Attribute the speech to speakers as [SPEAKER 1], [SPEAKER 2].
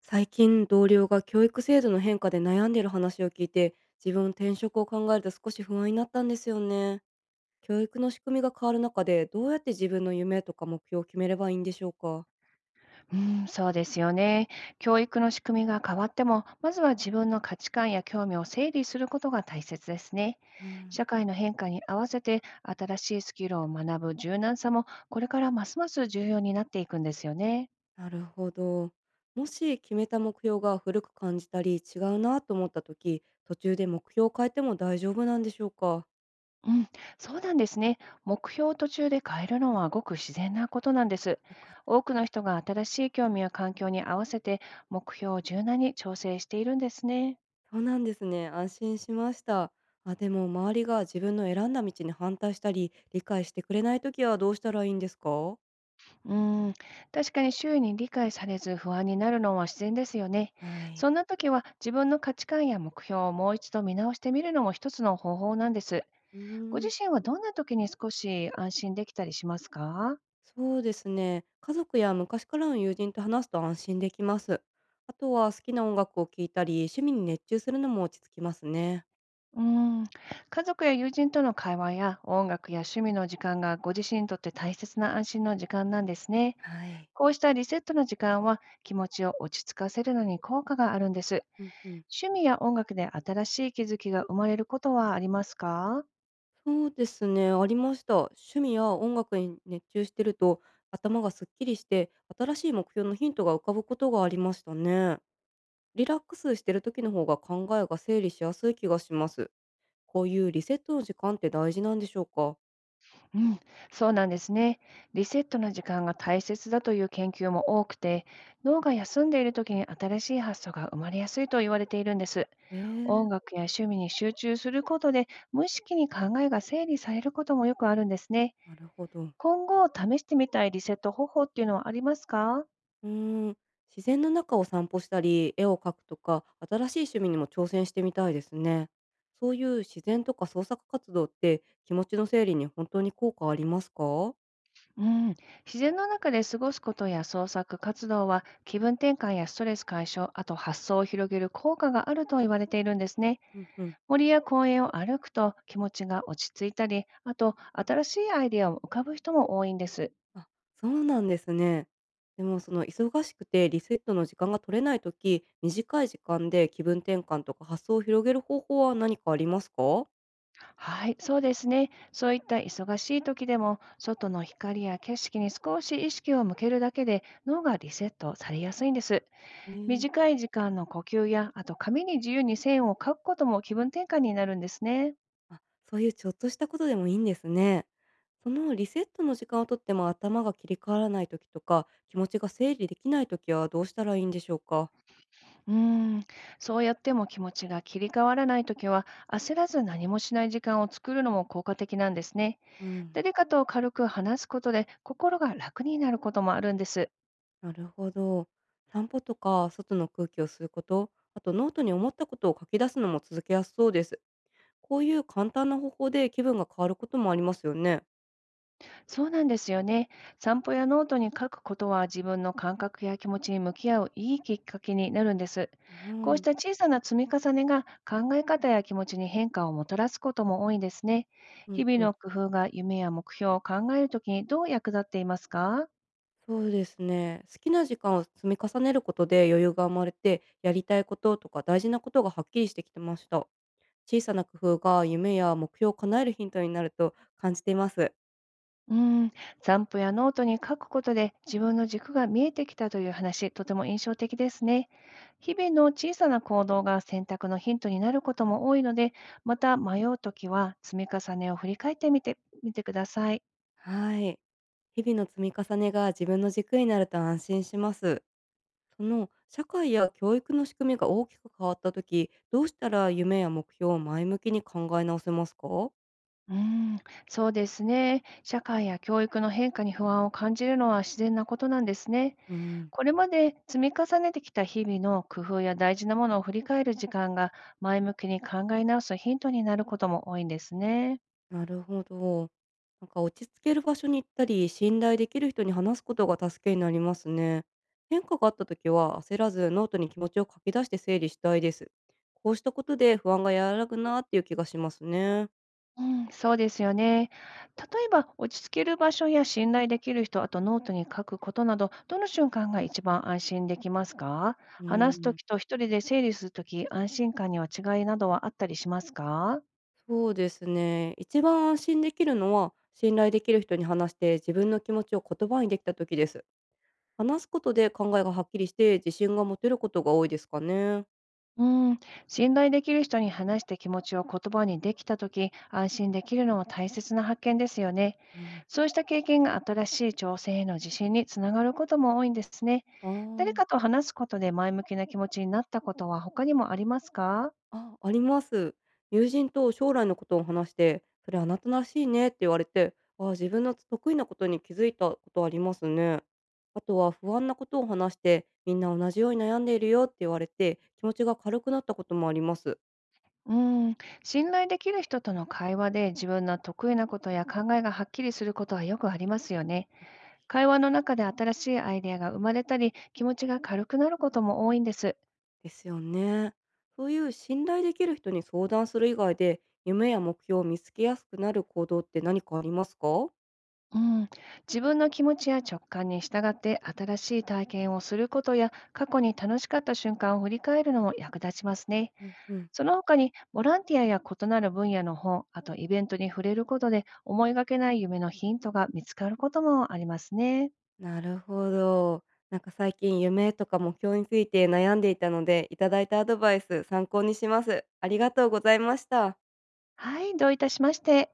[SPEAKER 1] 最近同僚が教育制度の変化で悩んでいる話を聞いて、自分転職を考えると少し不安になったんですよね。教育の仕組みが変わる中で、どうやって自分の夢とか目標を決めればいいんでしょうか？
[SPEAKER 2] うん、そうですよね。教育の仕組みが変わっても、まずは自分の価値観や興味を整理することが大切ですね。
[SPEAKER 1] うん。
[SPEAKER 2] 社会の変化に合わせて新しいスキルを学ぶ柔軟さも、これからますます重要になっていくんですよね。
[SPEAKER 1] なるほど。もし決めた目標が古く感じたり違うなと思った時、途中で目標を変えても大丈夫なんでしょうか？
[SPEAKER 2] うん、そうなんですね。目標を途中で変えるのはごく自然なことなんです。
[SPEAKER 1] よかった。
[SPEAKER 2] 多くの人が新しい興味や環境に合わせて目標を柔軟に調整しているんですね。
[SPEAKER 1] そうなんですね、安心しました。あ、でも周りが自分の選んだ道に反対したり理解してくれない時はどうしたらいいんですか？
[SPEAKER 2] うーん、確かに周囲に理解されず不安になるのは自然ですよね。
[SPEAKER 1] はい。
[SPEAKER 2] そんな時は自分の価値観や目標をもう一度見直してみるのも一つの方法なんです。
[SPEAKER 1] うー
[SPEAKER 2] ご自
[SPEAKER 1] ん、
[SPEAKER 2] 身はどんな時に少し安心できたりしますか？
[SPEAKER 1] そうですね。家族や昔からの友人と話すと安心できます。あとは好きな音楽を聴いたり、趣味に熱中するのも落ち着きますね。
[SPEAKER 2] うーん、家族や友人との会話や音楽や趣味の時間がご自身にとって大切な安心の時間なんですね。
[SPEAKER 1] はい。
[SPEAKER 2] こうしたリセットの時間は気持ちを落ち着かせるのに効果があるんです。
[SPEAKER 1] うんうん。
[SPEAKER 2] 趣味や音楽で新しい気づきが生まれることはありますか？
[SPEAKER 1] そうですね、ありました。趣味や音楽に熱中してると、頭がすっきりして、新しい目標のヒントが浮かぶことがありましたね。リラックスしてる時の方が考えが整理しやすい気がします。こういうリセットの時間って大事なんでしょうか。
[SPEAKER 2] うん、そうなんですね。リセットの時間が大切だという研究も多くて、脳が休んでいる時に新しい発想が生まれやすいと言われているんです。音
[SPEAKER 1] ええ。
[SPEAKER 2] 楽や趣味に集中することで、無意識に考えが整理されることもよくあるんですね。
[SPEAKER 1] なるほど。
[SPEAKER 2] 今後試してみたいリセット方法っていうのはありますか？
[SPEAKER 1] うーん、自然の中を散歩したり、絵を描くとか、新しい趣味にも挑戦してみたいですね。そういう自然とか創作活動って気持ちの整理に本当に効果ありますか？
[SPEAKER 2] うん、自然の中で過ごすことや創作活動は気分転換やストレス解消、あと発想を広げる効果があると言われているんですね。
[SPEAKER 1] うんうん。
[SPEAKER 2] 森や公園を歩くと気持ちが落ち着いたり、あと新しいアイデアを浮かぶ人も多いんです。
[SPEAKER 1] あ、そうなんですね。でもその忙しくてリセットの時間が取れないとき、短い時間で気分転換とか発想を広げる方法は何かありますか？
[SPEAKER 2] はい、そうですね。そういった忙しい時でも、外の光や景色に少し意識を向けるだけで脳がリセットされやすいんです。
[SPEAKER 1] ねえ。
[SPEAKER 2] 短い時間の呼吸や、あと紙に自由に線を書くことも気分転換になるんですね。
[SPEAKER 1] あ、そういうちょっとしたことでもいいんですね。そのリセットの時間をとっても頭が切り替わらない時とか、気持ちが整理できない時はどうしたらいいんでしょうか？
[SPEAKER 2] うーん、そうやっても気持ちが切り替わらない時は、焦らず何もしない時間を作るのも効果的なんですね。
[SPEAKER 1] うん。
[SPEAKER 2] 誰かと軽く話すことで心が楽になることもあるんです。
[SPEAKER 1] なるほど。散歩とか外の空気を吸うこと、あとノートに思ったことを書き出すのも続けやすそうです。こういう簡単な方法で気分が変わることもありますよね。
[SPEAKER 2] そうなんですよね。散歩やノートに書くことは自分の感覚や気持ちに向き合ういいきっかけになるんです。
[SPEAKER 1] う
[SPEAKER 2] こうし
[SPEAKER 1] ん、
[SPEAKER 2] た小さな積み重ねが考え方や気持ちに変化をもたらすことも多いんですね。
[SPEAKER 1] う
[SPEAKER 2] 日
[SPEAKER 1] ん
[SPEAKER 2] 々
[SPEAKER 1] うん。
[SPEAKER 2] の工夫が夢や目標を考えるときにどう役立っていますか？
[SPEAKER 1] そうですね。好きな時間を積み重ねることで余裕が生まれて、やりたいこととか大事なことがはっきりしてきてました。小さな工夫が夢や目標を叶えるヒントになると感じています。
[SPEAKER 2] うん、散歩やノートに書くことで自分の軸が見えてきたという話、とても印象的ですね。日々の小さな行動が選択のヒントになることも多いので、また迷うときは積み重ねを振り返ってみてみてください。
[SPEAKER 1] はい。日々の積み重ねが自分の軸になると安心します。その社会や教育の仕組みが大きく変わった時、どうしたら夢や目標を前向きに考え直せますか？
[SPEAKER 2] うん、そうですね。社会や教育の変化に不安を感じるのは自然なことなんですね。
[SPEAKER 1] うん。
[SPEAKER 2] これまで積み重ねてきた日々の工夫や大事なものを振り返る時間が前向きに考え直すヒントになることも多いんですね。
[SPEAKER 1] なるほど。なんか落ち着ける場所に行ったり、信頼できる人に話すことが助けになりますね。変化があった時は焦らずノートに気持ちを書き出して整理したいです。こうしたことで不安が和らぐなっていう気がしますね。
[SPEAKER 2] うん、そうですよね。例えば、落ち着ける場所や信頼できる人、あとノートに書くことなど、どの瞬間が一番安心できますか？
[SPEAKER 1] う
[SPEAKER 2] 話すと
[SPEAKER 1] ん。
[SPEAKER 2] きと一人で整理するとき、安心感には違いなどはあったりしますか？
[SPEAKER 1] そうですね。一番安心できるのは、信頼できる人に話して自分の気持ちを言葉にできた時です。話すことで考えがはっきりして自信が持てることが多いですかね。
[SPEAKER 2] うん、信頼できる人に話して気持ちを言葉にできたとき、安心できるのは大切な発見ですよね。
[SPEAKER 1] うん。
[SPEAKER 2] そうした経験が新しい挑戦への自信につながることも多いんですね。
[SPEAKER 1] あ
[SPEAKER 2] 誰か
[SPEAKER 1] あ。
[SPEAKER 2] と話すことで前向きな気持ちになったことは他にもありますか？
[SPEAKER 1] あ、あります。友人と将来のことを話して、それあなたらしいねって言われて、ああ、自分の得意なことに気づいたことありますね。あとは不安なことを話して、みんな同じように悩んでいるよって言われて、気持ちが軽くなったこともあります。
[SPEAKER 2] うん、信頼できる人との会話で自分の得意なことや考えがはっきりすることはよくありますよね。
[SPEAKER 1] やっぱり、
[SPEAKER 2] 会話の中で新しいアイデアが生まれたり、気持ちが軽くなることも多いんです。
[SPEAKER 1] ですよね。そういう信頼できる人に相談する以外で、夢や目標を見つけやすくなる行動って何かありますか？
[SPEAKER 2] うん、自分の気持ちや直感に従って新しい体験をすることや過去に楽しかった瞬間を振り返るのも役立ちますね。
[SPEAKER 1] うんうん。
[SPEAKER 2] その他にボランティアや異なる分野の本、あとイベントに触れることで思いがけない夢のヒントが見つかることもありますね。
[SPEAKER 1] なるほど。なんか最近夢とか目標について悩んでいたので、いただいたアドバイス参考にします。ありがとうございました。
[SPEAKER 2] はい、どういたしまして。